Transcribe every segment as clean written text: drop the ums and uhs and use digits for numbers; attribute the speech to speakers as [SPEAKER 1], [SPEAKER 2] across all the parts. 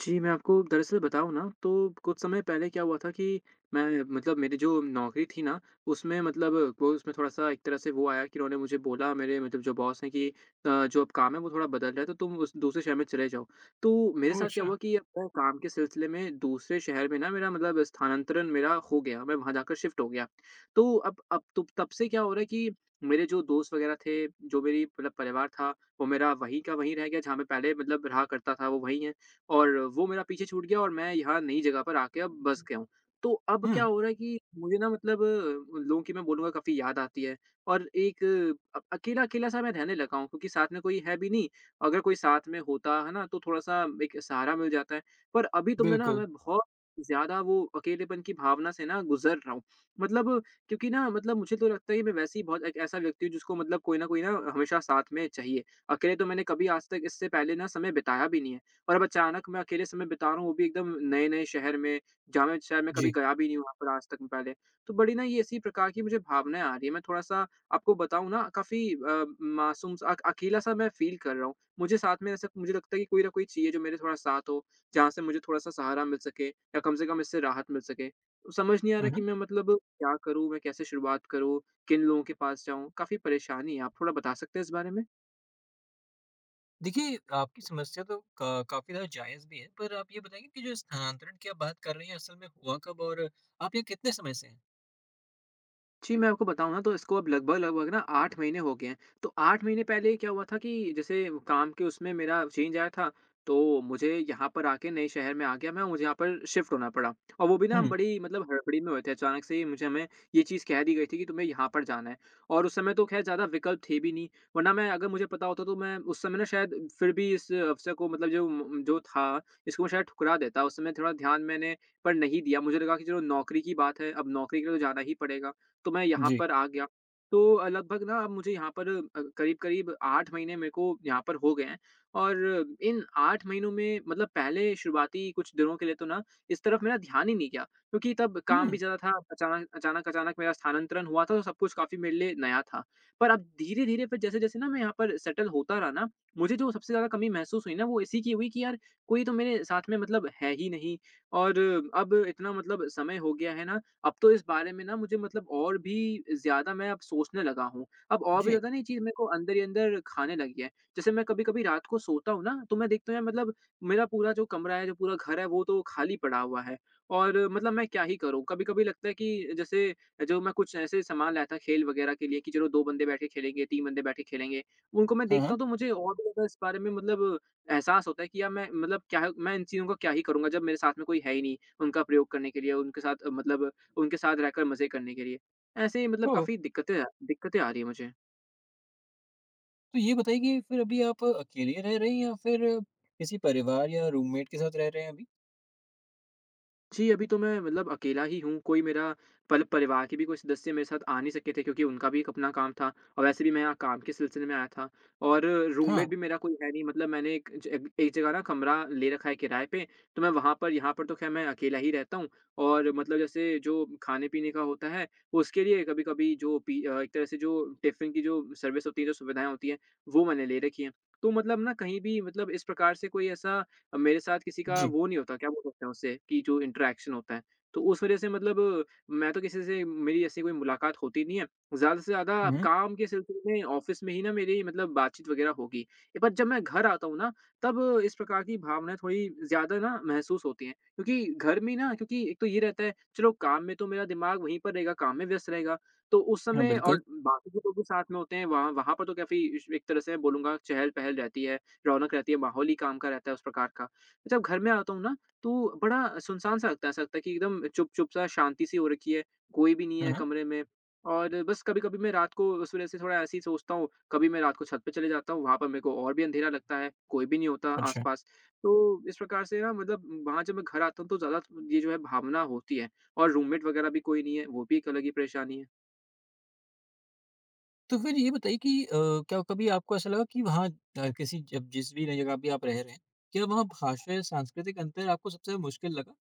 [SPEAKER 1] जी, मैं आपको दरअसल बताऊँ ना, तो कुछ समय पहले क्या हुआ था कि मैं मतलब मेरी जो नौकरी थी ना, उसमें मतलब वो उसमें थोड़ा-सा एक तरह से वो आया कि उन्होंने मुझे बोला, मेरे मतलब जो बॉस हैं कि "जो अब काम है, वो थोड़ा बदल रहा है, तो तुम उस दूसरे शहर में चले जाओ।" तो मेरे
[SPEAKER 2] ओह!
[SPEAKER 1] साथ क्या
[SPEAKER 2] अच्छा।
[SPEAKER 1] हुआ कि अपने काम के सिलसिले में दूसरे शहर में ना, मेरा मतलब स्थानांतरण मेरा हो गया, मैं वहाँ जाकर शिफ्ट हो गया। तो अब तो तब से क्या हो रहा है कि मेरे जो दोस्त वगैरह थे, जो मेरी मतलब परिवार था, वो मेरा वहीं का वहीं रह गया। जहाँ मैं पहले मतलब रहा करता था, वो वहीं है। और वो मेरा पीछे छूट गया, और मैं यहाँ नई जगह पर आके अब बस गया हूँ। तो अब क्या
[SPEAKER 2] हुँ,
[SPEAKER 1] हो रहा है कि मुझे ना मतलब लोगों की, मैं बोलूँगा, काफ़ी याद आती है, और एक अकेला-अकेला सा मैं रहने लगा हूँ, क्योंकि साथ में कोई है भी नहीं। अगर कोई साथ में होता, है ना, तो थोड़ा-सा एक सहारा मिल जाता है। पर अभी तो मैं ना
[SPEAKER 2] बिल्कुल।
[SPEAKER 1] मैं बहुत ज़्यादा वो अकेलेपन की भावना से ना गुज़र रहा हूँ। मतलब, क्योंकि ना मतलब, मुझे तो लगता है कि मैं वैसे ही बहुत एक ऐसा व्यक्ति हूँ जिसको मतलब कोई न कोई ना हमेशा साथ में चाहिए। अकेले तो मैंने कभी आज तक इससे पहले ना समय बिताया भी नहीं है। और अब अचानक मैं अकेले समय बिता रहा हूँ, वो भी एकदम नए-नए शहर में, जहाँ मैं शायद मैं कभी
[SPEAKER 2] जी।
[SPEAKER 1] गया भी नहीं हूँ, वहाँ पर आज तक मैं पहले। तो बड़ी ना, ये इसी प्रकार की मुझे भावनाएँ आ रही हैं, मैं थोड़ा-सा आपको बताऊँ ना, काफ़ी मासूम सा, अक अकेला-सा मैं फ़ील कर रहा हूँ। मुझे साथ में, ऐसा मुझे लगता है कि कोई ना कोई चाहिए जो मेरे थोड़ा साथ हो, जहाँ से मुझे थोड़ा-सा सहारा मिल सके, या कम से कम इससे राहत मिल सके। तो समझ नहीं आ
[SPEAKER 2] हुँ,
[SPEAKER 1] रहा कि
[SPEAKER 2] हुँ।
[SPEAKER 1] मैं मतलब क्या करूँ, मैं कैसे शुरुआत करूँ, किन लोगों के पास जाऊँ? काफ़ी परेशानी है, आप थोड़ा बता सकते हैं इस बारे में?
[SPEAKER 2] देखिए, आपकी समस्या तो का काफ़ी ज़्यादा जायज़ भी है, पर आप ये बताइए कि जो स्थानांतरण की आप बात कर रही हैं, असल में हुआ कब और आप यहाँ कितने समय से हैं?
[SPEAKER 1] जी, मैं आपको बताऊँ ना, तो इसको अब लगभग-लगभग ना 8 महीने हो गए हैं। तो 8 महीने पहले क्या हुआ था कि जैसे काम के उसमें मेरा चेंज आया था, तो मुझे यहाँ पर आके नए शहर में आ गया, मैं, मुझे यहाँ पर शिफ्ट होना पड़ा। और वो भी ना, हम
[SPEAKER 2] हुँ,
[SPEAKER 1] बड़ी मतलब हड़बड़ी में हुए थे, अचानक से ही मुझे हमें ये चीज़ कह दी गई थी कि तुम्हें यहाँ पर जाना है। और उस समय तो ख़ैर ज़्यादा विकल्प थे भी नहीं, वरना मैं, अगर मुझे पता होता तो मैं उस समय ना, शायद फिर भी इस अवसर को, मतलब जो था, इसको मैं शायद ठुकरा देता। उस समय थोड़ा ध्यान मैंने पर नहीं दिया, मुझे लगा कि चलो नौकरी की बात है, अब नौकरी के लिए तो जाना ही पड़ेगा। तो मैं यहाँ
[SPEAKER 2] जी।
[SPEAKER 1] पर आ गया। तो लगभग ना, अब मुझे यहाँ पर करीब-करीब 8 महीने मेरे को यहाँ पर हो गए हैं। और इन 8 महीनों में मतलब पहले शुरुआती कुछ दिनों के लिए तो ना, इस तरफ मेरा ध्यान ही नहीं गया, क्योंकि तब काम भी
[SPEAKER 2] हुँ,
[SPEAKER 1] ज़्यादा था, अचानक-अचानक मेरा स्थानांतरण हुआ था, तो सब कुछ काफ़ी मेरे लिए नया था। पर अब धीरे-धीरे फिर, जैसे-जैसे ना मैं यहाँ पर सेटल होता रहा ना, मुझे जो सबसे ज़्यादा कमी महसूस हुई ना, वो इसी की हुई कि यार, कोई तो मेरे साथ में मतलब है ही नहीं। और अब इतना मतलब समय हो गया है ना, अब तो इस बारे में ना, मुझे मतलब और भी ज़्यादा मैं अब सोचने लगा हूँ। अब और भी
[SPEAKER 2] जी।
[SPEAKER 1] ज़्यादा ना, ये चीज़ मेरे को अंदर ही अंदर खाने लगी है। जैसे मैं कभी-कभी रात को सोता हूँ ना, तो मैं देखता हूँ, यार मतलब, मेरा पूरा जो कमरा है, जो पूरा घर है, वो तो खाली पड़ा हुआ है, और मतलब मैं क्या ही करूँ? कभी-कभी लगता है कि जैसे जो मैं कुछ ऐसे सामान लाया था, खेल वगैरह के लिए, कि चलो 2 बंदे बैठ के खेलेंगे, 3 बंदे बैठ के खेलेंगे। उनको मैं
[SPEAKER 2] हाँ,
[SPEAKER 1] देखता
[SPEAKER 2] हाँ।
[SPEAKER 1] हूँ, तो मुझे और भी ज़्यादा इस बारे में मतलब एहसास होता है कि यार मैं, मतलब क्या, मैं इन चीज़ों का क्या ही करूँगा जब मेरे साथ में कोई है ही नहीं उनका प्रयोग करने के लिए, उनके साथ मतलब उनके साथ रहकर मज़े करने के लिए। ऐसे ही मतलब
[SPEAKER 2] ओह!
[SPEAKER 1] काफ़ी दिक्कतें दिक्कतें आ रही हैं मुझे।
[SPEAKER 2] तो ये बताइए कि फिर अभी आप अकेले रह रही हैं या फिर किसी परिवार या रूममेट के साथ रह रहे हैं अभी?
[SPEAKER 1] जी, अभी तो मैं मतलब अकेला ही हूँ, कोई मेरा, पल परिवार के भी कोई सदस्य मेरे साथ आ नहीं सके थे, क्योंकि उनका भी एक अपना काम था, और वैसे भी मैं यहाँ काम के सिलसिले में आया था। और
[SPEAKER 2] हाँ,
[SPEAKER 1] रूममेट भी मेरा कोई है नहीं, मतलब मैंने एक ज एक एक जगह ना कमरा ले रखा है किराए पे, तो मैं वहाँ पर यहाँ पर तो ख़ैर मैं अकेला ही रहता हूँ। और मतलब जैसे जो खाने-पीने का होता है, उसके लिए कभी-कभी जो एक तरह से जो टिफ़िन की जो सर्विस होती है, जो सुविधाएँ होती हैं, वो मैंने ले रखी हैं। तो मतलब ना, कहीं भी मतलब इस प्रकार से कोई ऐसा, अब मेरे साथ किसी का
[SPEAKER 2] जी।
[SPEAKER 1] वो नहीं होता, क्या बोल सकते हैं उससे, कि जो इंटरेक्शन होता है। तो उस वज़ह से मतलब, मैं तो किसी से मेरी ऐसी कोई मुलाकात होती नहीं है। ज़्यादा से ज़्यादा
[SPEAKER 2] हुँ, हुँ।
[SPEAKER 1] काम के सिलसिले में ऑफ़िस में ही ना मेरी मतलब बातचीत वग़ैरह होगी। ये, पर जब मैं घर आता हूँ ना, तब इस प्रकार की भावनाएँ थोड़ी ज़्यादा ना महसूस होती हैं। क्योंकि घर में ना, क्योंकि एक तो ये रहता है, चलो काम में तो मेरा दिमाग वहीं पर रहेगा, काम में व्यस्त रहेगा। तो उस
[SPEAKER 2] हाँ,
[SPEAKER 1] समय
[SPEAKER 2] बिल्कुल।
[SPEAKER 1] और बाकी के लोग भी साथ में होते हैं वहाँ वहाँ पर, तो काफ़ी एक तरह से, मैं बोलूँगा, चहल-पहल रहती है। रौनक रहती है, माहौल ही काम का रहता है उस प्रकार का। जब घर में आता हूँ ना, तो बड़ा सुनसान-सा लगता है, ऐसा लगता है कि एकदम चुप-चुप-सा, शांति-सी हो रखी है, कोई भी नहीं
[SPEAKER 2] हाँ,
[SPEAKER 1] है
[SPEAKER 2] हाँ।
[SPEAKER 1] कमरे में। और बस कभी-कभी मैं रात को उस वज़ह से थोड़ा ऐसे ही सोचता हूँ, कभी मैं रात को छत पे चले जाता हूँ, वहाँ पर मेरे को और भी अंधेरा लगता है, कोई भी नहीं होता
[SPEAKER 2] अच्छा।
[SPEAKER 1] आस-पास। तो इस प्रकार से ना मतलब, वहाँ जब मैं घर आता हूँ, तो ज़्यादा ये जो है भावना होती है, और रूममेट वगैरह भी कोई नहीं है, वो भी एक अलग ही परेशानी है।
[SPEAKER 2] तो फिर ये बताइए कि क्या कभी आपको ऐसा लगा कि वहाँ किसी जब जिस भी नई जगह पे आप रह रहे हैं, क्या वहाँ भाषा या सांस्कृतिक अंतर आपको सबसे ज़्यादा मुश्किल लगा?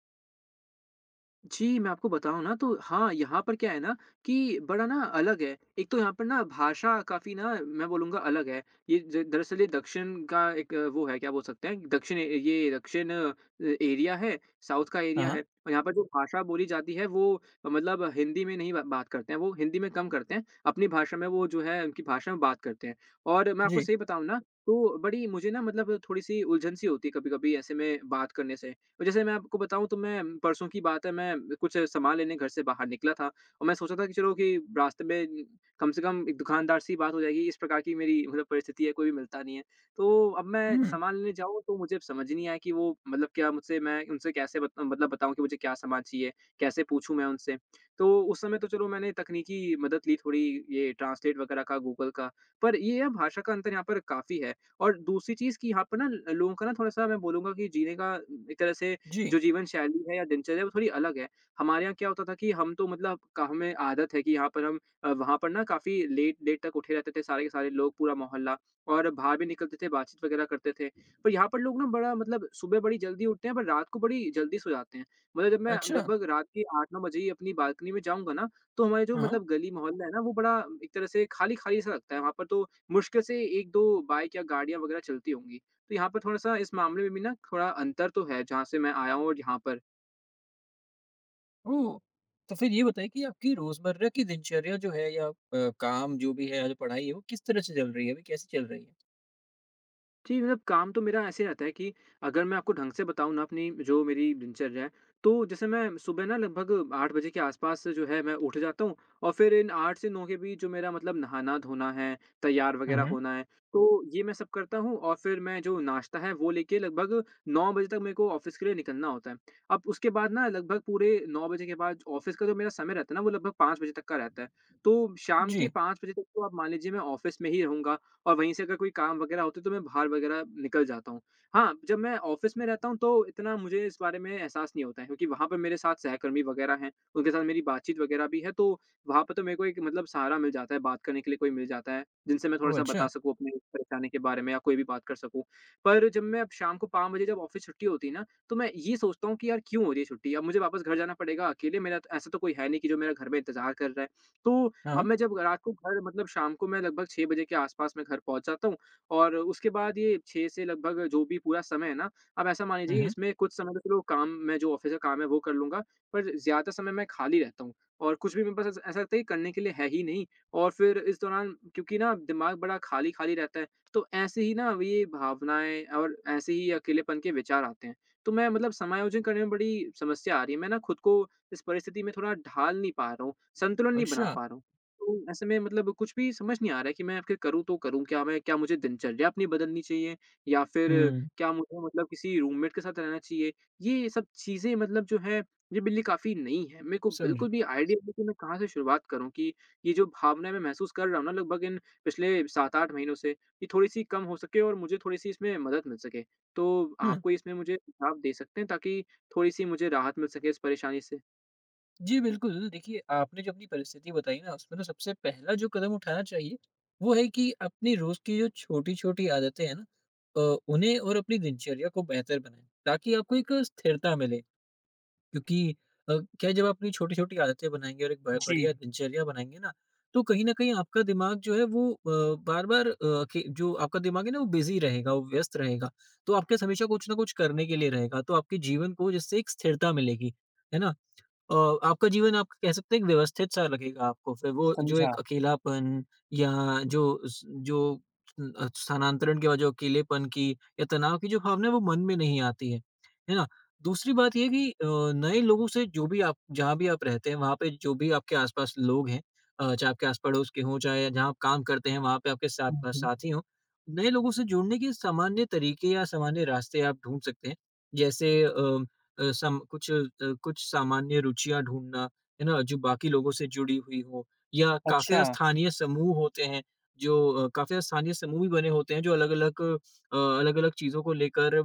[SPEAKER 1] जी, मैं आपको बताऊँ ना, तो हाँ, यहाँ पर क्या है ना कि बड़ा ना अलग है। एक तो यहाँ पर ना भाषा काफ़ी ना, मैं बोलूँगा, अलग है। ये ज दरअसल ये दक्षिण का एक वो है, क्या बोल सकते हैं, दक्षिण ए ये दक्षिण एरिया है, साउथ का
[SPEAKER 2] हाँ,
[SPEAKER 1] एरिया है,
[SPEAKER 2] हाँ।
[SPEAKER 1] और यहाँ पर जो भाषा बोली जाती है वो मतलब हिंदी में नहीं बा बात करते हैं, वो हिंदी में कम करते हैं। अपनी भाषा में, वो जो है उनकी भाषा में बात करते हैं। और मैं आपको
[SPEAKER 2] जी।
[SPEAKER 1] सही बताऊँ ना, तो बड़ी मुझे ना मतलब थोड़ी-सी उलझन-सी होती है कभी-कभी ऐसे में बात करने से। जैसे मैं आपको बताऊँ, तो मैं, परसों की बात है, मैं कुछ सामान लेने घर से बाहर निकला था, और मैं सोचा था कि चलो कि रास्ते में कम से कम एक दुकानदार से ही बात हो जाएगी, इस प्रकार की मेरी मतलब परिस्थिति है, कोई भी मिलता नहीं है। तो अब मैं
[SPEAKER 2] हुँ।
[SPEAKER 1] सामान लेने जाऊँ, तो मुझे अब समझ नहीं आया कि वो मतलब क्या, मुझसे मैं उनसे कैसे बत मतलब बताऊँ कि मुझे क्या सामान चाहिए? कैसे पूछूँ मैं उनसे? तो उस समय तो चलो, मैंने तकनीकी मदद ली थोड़ी, ये ट्रांसलेट वगैरह का, गूगल का। पर ये है, भाषा का अंतर यहाँ पर काफ़ी है। और दूसरी चीज़ कि यहाँ पर ना ल लोगों का ना थोड़ा-सा मैं बोलूँगा कि जीने का, एक तरह से
[SPEAKER 2] जी।
[SPEAKER 1] जो जीवन शैली है या दिनचर्या है, वो थोड़ी अलग है। हमारे यहाँ क्या होता था कि हम तो मतलब क हमें आदत है कि यहाँ पर हम वहाँ पर ना काफ़ी लेट-लेट तक उठे रहते थे सारे के सारे लोग, पूरा मोहल्ला, और बाहर भी निकलते थे, बातचीत वगैरह करते थे। पर यहाँ पर लोग ना बड़ा मतलब सुबह बड़ी जल्दी उठते हैं, पर रात को बड़ी जल्दी सो जाते हैं। मतलब जब मैं
[SPEAKER 2] अच्छा।
[SPEAKER 1] लगभग रात के 8-9 बजे ही अपनी बालकनी में जाऊँगा ना, तो हमारे जो
[SPEAKER 2] हाँ, हाँ।
[SPEAKER 1] मतलब गली मोहल्ला है ना, वो बड़ा एक तरह से खाली-खाली सा लगता है। वहाँ पर तो मुश्किल से 1-2 बाइक या गाड़ियाँ वगैरह चलती होंगी। तो यहाँ पर थोड़ा-सा इस मामले में भी ना थोड़ा अंतर तो है, जहाँ से मैं आया हूँ और यहाँ पर।
[SPEAKER 2] ओह! तो फिर ये बताइए कि आपकी रोज़मर्रा की दिनचर्या जो है या काम जो भी है या जो पढ़ाई है, वो किस तरह से चल रही है? अभी कैसे चल रही है?
[SPEAKER 1] जी, मतलब काम तो मेरा ऐसे रहता है कि अगर मैं आपको ढंग से बताऊँ ना अपनी जो मेरी दिनचर्या है, तो जैसे मैं सुबह ना लगभग 8 बजे के आसपास जो है, मैं उठ जाता हूँ, और फिर इन 8 से 9 के बीच जो मेरा मतलब नहाना-धोना है, तैयार
[SPEAKER 2] हुँ,
[SPEAKER 1] वगैरह
[SPEAKER 2] हुँ।
[SPEAKER 1] होना है, तो ये मैं सब करता हूँ, और फिर मैं जो नाश्ता है वो लेके लगभग 9 बजे तक मेरे को ऑफ़िस के लिए निकलना होता है। अब उसके बाद ना लगभग पूरे 9 बजे के बाद ऑफ़िस का जो मेरा समय रहता है ना, वो लगभग 5 बजे तक का रहता है। तो शाम के
[SPEAKER 2] जी।
[SPEAKER 1] 5 बजे तक तो आप मान लीजिए, मैं ऑफ़िस में ही रहूँगा, और वहीं से अगर कोई काम वगैरह होते तो मैं बाहर वगैरह निकल जाता हूँ। हाँ, जब मैं ऑफ़िस में रहता हूँ तो इतना मुझे इस बारे में एहसास नहीं होता है, क्योंकि वहाँ पे मेरे साथ सहकर्मी वगैरह हैं, उनके साथ मेरी बातचीत वगैरह भी है, तो वहाँ पे तो मेरे को एक मतलब सहारा मिल जाता है, बात करने के लिए कोई मिल जाता है, जिनसे मैं
[SPEAKER 2] ओह!
[SPEAKER 1] थोड़ा-सा बता
[SPEAKER 2] अच्छा।
[SPEAKER 1] सकूँ अपनी परेशानी के बारे में, या कोई भी बात कर सकूँ। पर जब मैं अब शाम को 5 बजे जब ऑफ़िस छुट्टी होती है ना, तो मैं ये सोचता हूँ कि यार क्यों हो रही है छुट्टी? अब मुझे वापस घर जाना पड़ेगा अकेले, मेरा तो ऐसा तो कोई है नहीं कि जो मेरा घर में इंतज़ार कर रहा है। तो अब
[SPEAKER 2] हाँ।
[SPEAKER 1] मैं जब रात को घर मतलब शाम को मैं लगभग 6 बजे के आसपास मैं घर पहुँच जाता हूँ, और उसके बाद ये 6 से लगभग जो भी पूरा समय है ना, आप ऐसा मान
[SPEAKER 2] हुँ,
[SPEAKER 1] लीजिए,
[SPEAKER 2] हुँ।
[SPEAKER 1] इसमें कुछ समय तो चलो, काम मैं जो ऑफ़िस का काम है वो कर लूँगा, पर ज़्यादा समय मैं खाली रहता हूँ, और कुछ भी मेरे पास ऐसा ऐसा लगता है कि करने के लिए है ही नहीं, और फिर इस दौरान क्योंकि ना दिमाग बड़ा खाली-खाली रहता है, तो ऐसे ही ना ये भावनाएँ और ऐसे ही अकेलेपन के विचार आते हैं। तो मैं मतलब समायोजन करने में बड़ी समस्या आ रही है, मैं ना खुद को इस परिस्थिति में थोड़ा ढाल नहीं पा रहा हूँ, संतुलन नहीं बना
[SPEAKER 2] अच्छा।
[SPEAKER 1] पा रहा हूँ। तो ऐसे में मतलब कुछ भी समझ नहीं आ रहा है कि मैं आख़िर करूँ तो करूँ क्या? मैं क्या मुझे दिनचर्या अपनी बदलनी चाहिए, या फिर
[SPEAKER 2] हुँ।
[SPEAKER 1] क्या मुझे मतलब किसी रूममेट के साथ रहना चाहिए? ये सब चीज़ें मतलब जो है, ये मेरे लिए काफ़ी नई है। मेरे को
[SPEAKER 2] समझा।
[SPEAKER 1] बिल्कुल भी आइडिया नहीं कि मैं कहाँ से शुरुआत करूँ कि ये जो भावना मैं महसूस कर रहा हूँ ना लगभग इन पिछले 7-8 महीनों से, ये थोड़ी-सी कम हो सके और मुझे थोड़ी-सी इसमें मदद मिल सके। तो आप
[SPEAKER 2] हुँ।
[SPEAKER 1] कोई इसमें मुझे सुझाव दे सकते हैं ताकि थोड़ी-सी मुझे राहत मिल सके इस परेशानी से?
[SPEAKER 2] जी, बिल्कुल। देखिए, आपने जो अपनी परिस्थिति बताई ना, उसमें ना सबसे पहला जो कदम उठाना चाहिए, वो है कि अपनी रोज़ की जो छोटी-छोटी आदतें हैं ना उन्हें और अपनी दिनचर्या को बेहतर बनाएँ, ताकि आपको एक स्थिरता मिले। क्योंकि अ, क्या है, जब आप अपनी छोटी-छोटी आदतें बनाएँगे और एक ब बढ़िया दिनचर्या बनाएँगे ना, तो कहीं न कहीं आपका दिमाग जो है, वो अ, बार-बार अ, के जो आपका दिमाग है ना, वो बिज़ी रहेगा, वो व्यस्त रहेगा। तो आपके पास हमेशा कुछ ना कुछ करने के लिए रहेगा, तो आपके जीवन को जिससे एक स्थिरता मिलेगी, है ना? अ, आपका जीवन आप कह सकते हैं कि व्यवस्थित सा लगेगा आपको, फिर वो जो
[SPEAKER 1] समझा।
[SPEAKER 2] एक अकेलापन या जो स जो स्थानांतरण के बाद जो अकेलेपन की या तनाव की जो भावना है वो मन में नहीं आती है ना? दूसरी बात ये है कि नए लोगों से जो भी आप जहाँ भी आप रहते हैं वहाँ पे जो भी आपके आस-पास लोग हैं चाहे आपके आस-पड़ोस के हों, चाहे जहाँ आप काम करते हैं वहाँ पे आपके साथ
[SPEAKER 1] हुँ, हुँ।
[SPEAKER 2] साथी हों, नए लोगों से जुड़ने के सामान्य तरीके या सामान्य रास्ते आप ढूँढ सकते हैं। जैसे अ अ, सम कुछ कुछ सामान्य रुचियाँ ढूँढना, है ना? जो बाकी लोगों से जुड़ी हुई हो या
[SPEAKER 1] अच्छा।
[SPEAKER 2] काफ़ी स्थानीय समूह होते हैं, जो काफ़ी स्थानीय समूह भी बने होते हैं जो अलग-अलग अलग-अलग चीज़ों को लेकर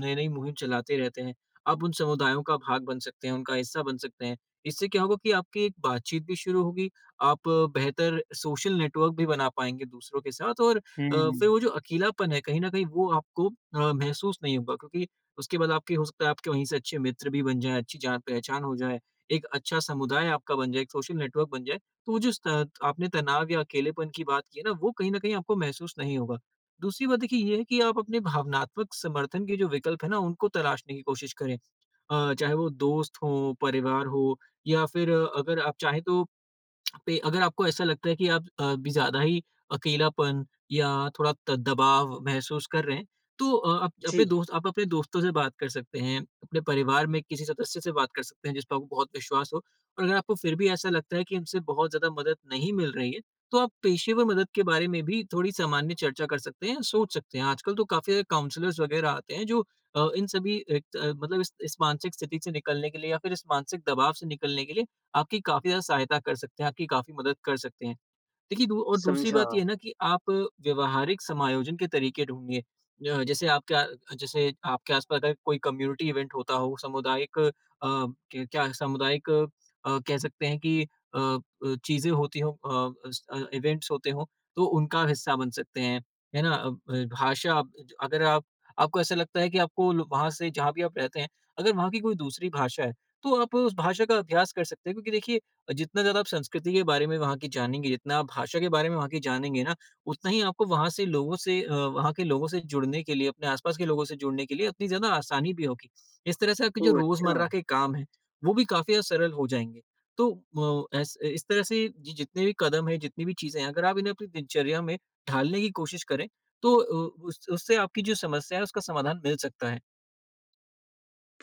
[SPEAKER 2] नई-नई मुहिम चलाते रहते हैं। आप उन समुदायों का भाग बन सकते हैं, उनका हिस्सा बन सकते हैं। इससे क्या होगा कि आपकी एक बातचीत भी शुरू होगी, आप बेहतर सोशल नेटवर्क भी बना पाएँगे दूसरों के साथ और
[SPEAKER 1] हुँ।
[SPEAKER 2] फिर वो जो अकेलापन है, कहीं न कहीं वो आपको महसूस नहीं होगा क्योंकि उसके बाद आपके हो सकता है आपके वहीं से अच्छे मित्र भी बन जाएँ, अच्छी जान-पहचान हो जाए, एक अच्छा समुदाय आपका बन जाए, एक सोशल नेटवर्क बन जाए, तो वो जो स आपने तनाव या अकेलेपन की बात की है ना, वो कहीं न कहीं आपको महसूस नहीं होगा। दूसरी बात देखिए ये है कि आप अपने भावनात्मक समर्थन के जो विकल्प हैं ना, उनको तलाशने की कोशिश करें। चाहे वो दोस्त हों, परिवार हो या फिर अगर आप चाहें तो पे अगर आपको ऐसा लगता है कि आप अभी ज़्यादा ही अकेलापन या थोड़ा त दबाव महसूस कर रहे हैं, तो
[SPEAKER 1] जी।
[SPEAKER 2] आप अपने दोस्तों से बात कर सकते हैं, अपने परिवार में किसी सदस्य से बात कर सकते हैं जिस पे आपको बहुत विश्वास हो। और अगर आपको फिर भी ऐसा लगता है कि इनसे बहुत ज़्यादा मदद नहीं मिल रही है, तो आप पेशेवर मदद के बारे में भी थोड़ी सामान्य चर्चा कर सकते हैं, सोच सकते हैं। आजकल तो काफ़ी सारे काउंसलर्स वगैरह आते हैं जो अ, इन सभी एक अ, मतलब इस मानसिक स्थिति से निकलने के लिए या फिर इस मानसिक दबाव से निकलने के लिए आपकी काफ़ी ज़्यादा सहायता कर सकते हैं, आपकी काफ़ी मदद कर सकते हैं। देखिए दू और दूसरी
[SPEAKER 1] समझा।
[SPEAKER 2] बात ये है ना कि आप व्यवहारिक समायोजन के तरीके ढूँढिए। जैसे आपके आस-पास अगर कोई कम्युनिटी इवेंट होता हो, सामुदायिक अ, क क्या सामुदायिक कह सकते हैं कि चीज़ें होती हों इवेंट्स होते हों, तो उनका हिस्सा बन सकते हैं। है ना? अब भाषा आप- ज अगर आप आपको ऐसा लगता है कि आपको ल वहाँ से जहाँ भी आप रहते हैं, अगर वहाँ की कोई दूसरी भाषा है, तो आप उस भाषा का अभ्यास कर सकते हैं क्योंकि देखिए जितना ज़्यादा आप संस्कृति के बारे में वहाँ की जानेंगे, जितना आप भाषा के बारे में वहाँ की जानेंगे ना, उतना ही आपको वहाँ से लोगों से अ, वहाँ के लोगों से जुड़ने के लिए, अपने आसपास के लोगों से जुड़ने के लिए उतनी ज़्यादा आसानी भी होगी। इस तरह से आपके जो
[SPEAKER 1] ओह! अच्छा।
[SPEAKER 2] रोज़मर्रा के काम हैं, वो भी काफ़ी ज़्यादा सरल हो जाएँगे। तो अ, ऐस इस तरह से जि जितने भी कदम हैं, जितनी भी चीज़ें हैं, अगर आप इन्हें अपनी दिनचर्या में ढालने की कोशिश करें, तो अ, उस उससे आपकी जो समस्या है, उसका समाधान मिल सकता है।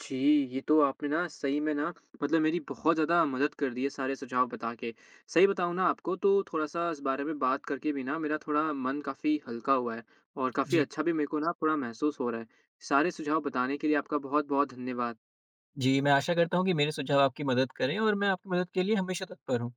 [SPEAKER 1] जी, ये तो आपने ना सही में ना मतलब मेरी बहुत ज़्यादा मदद कर दी है, सारे सुझाव बता के। सही बताऊँ ना आपको, तो थोड़ा-सा इस बारे में बात करके भी ना मेरा थोड़ा मन काफ़ी हल्का हुआ है, और काफ़ी
[SPEAKER 2] जी।
[SPEAKER 1] अच्छा भी मेरे को ना थोड़ा महसूस हो रहा है। सारे सुझाव बताने के लिए आपका बहुत-बहुत धन्यवाद।
[SPEAKER 2] जी, मैं आशा करता हूँ कि मेरे सुझाव आपकी मदद करें और मैं आपकी मदद के लिए हमेशा तत्पर हूँ।